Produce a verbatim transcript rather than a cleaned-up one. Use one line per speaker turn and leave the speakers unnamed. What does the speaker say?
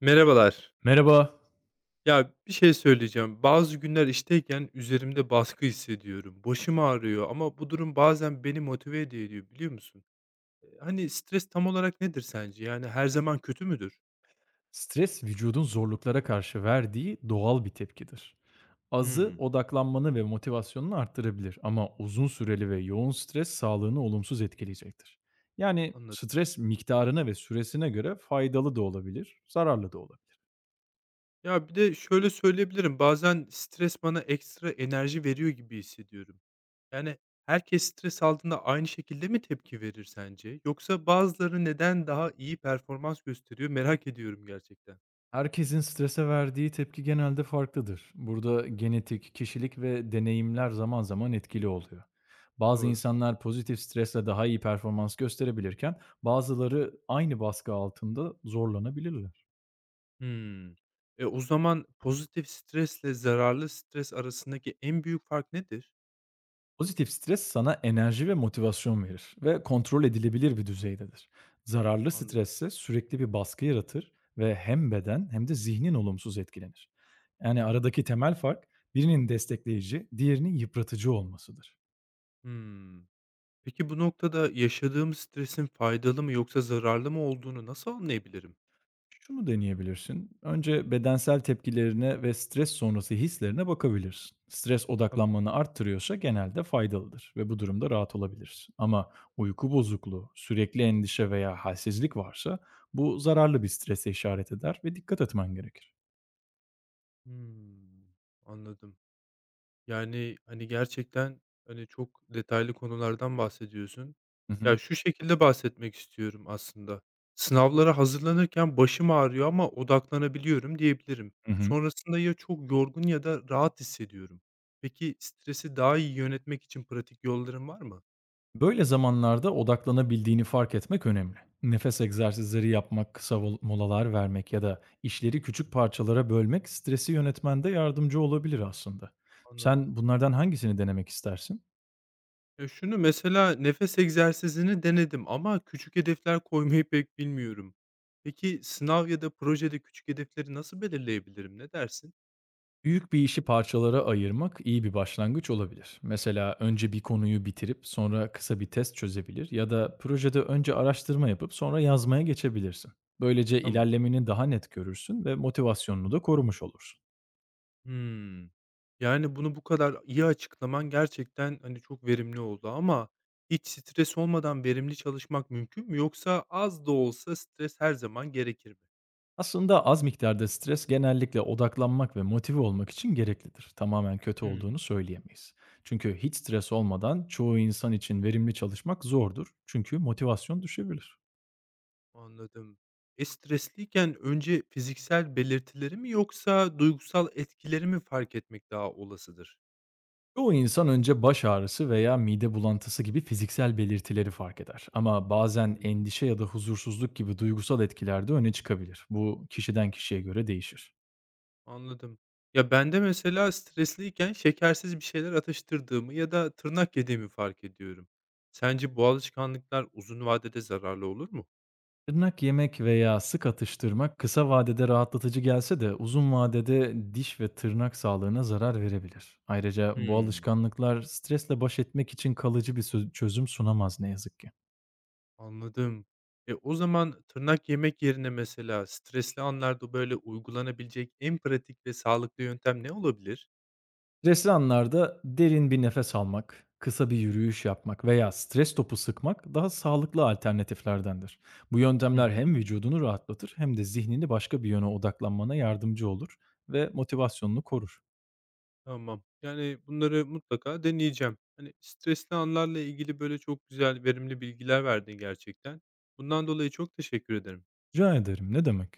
Merhabalar.
Merhaba.
Ya bir şey söyleyeceğim. Bazı günler işteyken üzerimde baskı hissediyorum. Başım ağrıyor ama bu durum bazen beni motive ediyor diyor, biliyor musun? E, Hani stres tam olarak nedir sence? Yani her zaman kötü müdür?
Stres vücudun zorluklara karşı verdiği doğal bir tepkidir. Azı
Hmm,
odaklanmanı ve motivasyonunu arttırabilir ama uzun süreli ve yoğun stres sağlığını olumsuz etkileyecektir. Yani
Anladım.
stres miktarına ve süresine göre faydalı da olabilir, zararlı da olabilir.
Ya bir de şöyle söyleyebilirim. Bazen stres bana ekstra enerji veriyor gibi hissediyorum. Yani herkes stres altında aynı şekilde mi tepki verir sence? Yoksa bazıları neden daha iyi performans gösteriyor merak ediyorum gerçekten.
Herkesin strese verdiği tepki genelde farklıdır. Burada genetik, kişilik ve deneyimler zaman zaman etkili oluyor. Bazı
Doğru.
insanlar pozitif stresle daha iyi performans gösterebilirken bazıları aynı baskı altında zorlanabilirler.
Hımm. E, o zaman pozitif stresle zararlı stres arasındaki en büyük fark nedir?
Pozitif stres sana enerji ve motivasyon verir ve kontrol edilebilir bir düzeydedir. Zararlı
Anladım.
stres ise sürekli bir baskı yaratır ve hem beden hem de zihnin olumsuz etkilenir. Yani aradaki temel fark birinin destekleyici, diğerinin yıpratıcı olmasıdır.
Hımm. Peki bu noktada yaşadığım stresin faydalı mı yoksa zararlı mı olduğunu nasıl anlayabilirim?
Şunu deneyebilirsin. Önce bedensel tepkilerine ve stres sonrası hislerine bakabilirsin. Stres
Tamam.
odaklanmanı arttırıyorsa genelde faydalıdır ve bu durumda rahat olabilirsin. Ama uyku bozukluğu, sürekli endişe veya halsizlik varsa bu zararlı bir strese işaret eder ve dikkat etmen gerekir.
Hımm. Anladım. Yani, hani, gerçekten, hani, çok detaylı konulardan bahsediyorsun.
Hı
Ya,
hı.
şu şekilde bahsetmek istiyorum aslında. Sınavlara hazırlanırken başım ağrıyor ama odaklanabiliyorum diyebilirim.
Hı hı.
Sonrasında ya çok yorgun ya da rahat hissediyorum. Peki stresi daha iyi yönetmek için pratik yolların var mı?
Böyle zamanlarda odaklanabildiğini fark etmek önemli. Nefes egzersizleri yapmak, kısa vol- molalar vermek ya da işleri küçük parçalara bölmek stresi yönetmende yardımcı olabilir aslında.
Anladım.
Sen bunlardan hangisini denemek istersin?
Ya, şunu mesela nefes egzersizini denedim ama küçük hedefler koymayı pek bilmiyorum. Peki sınav ya da projede küçük hedefleri nasıl belirleyebilirim? Ne dersin?
Büyük bir işi parçalara ayırmak iyi bir başlangıç olabilir. Mesela önce bir konuyu bitirip sonra kısa bir test çözebilir ya da projede önce araştırma yapıp sonra yazmaya geçebilirsin. Böylece
Tamam.
ilerlemeni daha net görürsün ve motivasyonunu da korumuş olursun.
Hımm. Yani, bunu bu kadar iyi açıklaman gerçekten, hani, çok verimli oldu ama hiç stres olmadan verimli çalışmak mümkün mü yoksa az da olsa stres her zaman gerekir mi?
Aslında az miktarda stres genellikle odaklanmak ve motive olmak için gereklidir. Tamamen kötü olduğunu
Hımm.
söyleyemeyiz. Çünkü hiç stres olmadan çoğu insan için verimli çalışmak zordur. Çünkü motivasyon düşebilir.
Anladım. E, stresliyken önce fiziksel belirtileri mi yoksa duygusal etkileri mi fark etmek daha olasıdır?
Çoğu insan önce baş ağrısı veya mide bulantısı gibi fiziksel belirtileri fark eder. Ama bazen
hı.
endişe ya da huzursuzluk gibi duygusal etkiler de öne çıkabilir. Bu kişiden kişiye göre değişir.
Anladım. Ya, ben de mesela stresliyken şekersiz bir şeyler atıştırdığımı ya da tırnak yediğimi fark ediyorum. Sence bu alışkanlıklar uzun vadede zararlı olur mu?
Tırnak yemek veya sık atıştırmak kısa vadede rahatlatıcı gelse de uzun vadede diş ve tırnak sağlığına zarar verebilir. Ayrıca bu
Hımm,
alışkanlıklar stresle baş etmek için kalıcı bir sö- çözüm sunamaz ne yazık ki.
anladım. E, o zaman tırnak yemek yerine mesela stresli anlarda, böyle, uygulanabilecek en pratik ve sağlıklı yöntem ne olabilir?
Stresli anlarda derin bir nefes almak, kısa bir yürüyüş yapmak veya stres topu sıkmak daha sağlıklı alternatiflerdendir. Bu
Hı
yöntemler
hı.
hem vücudunu rahatlatır hem de zihnini başka bir yöne odaklanmana yardımcı olur ve motivasyonunu korur.
Tamam. Yani, bunları mutlaka deneyeceğim. Hani, stresli anlarla ilgili, böyle, çok güzel, verimli bilgiler verdin gerçekten. Bundan dolayı çok teşekkür ederim.
Rica ederim ne demek?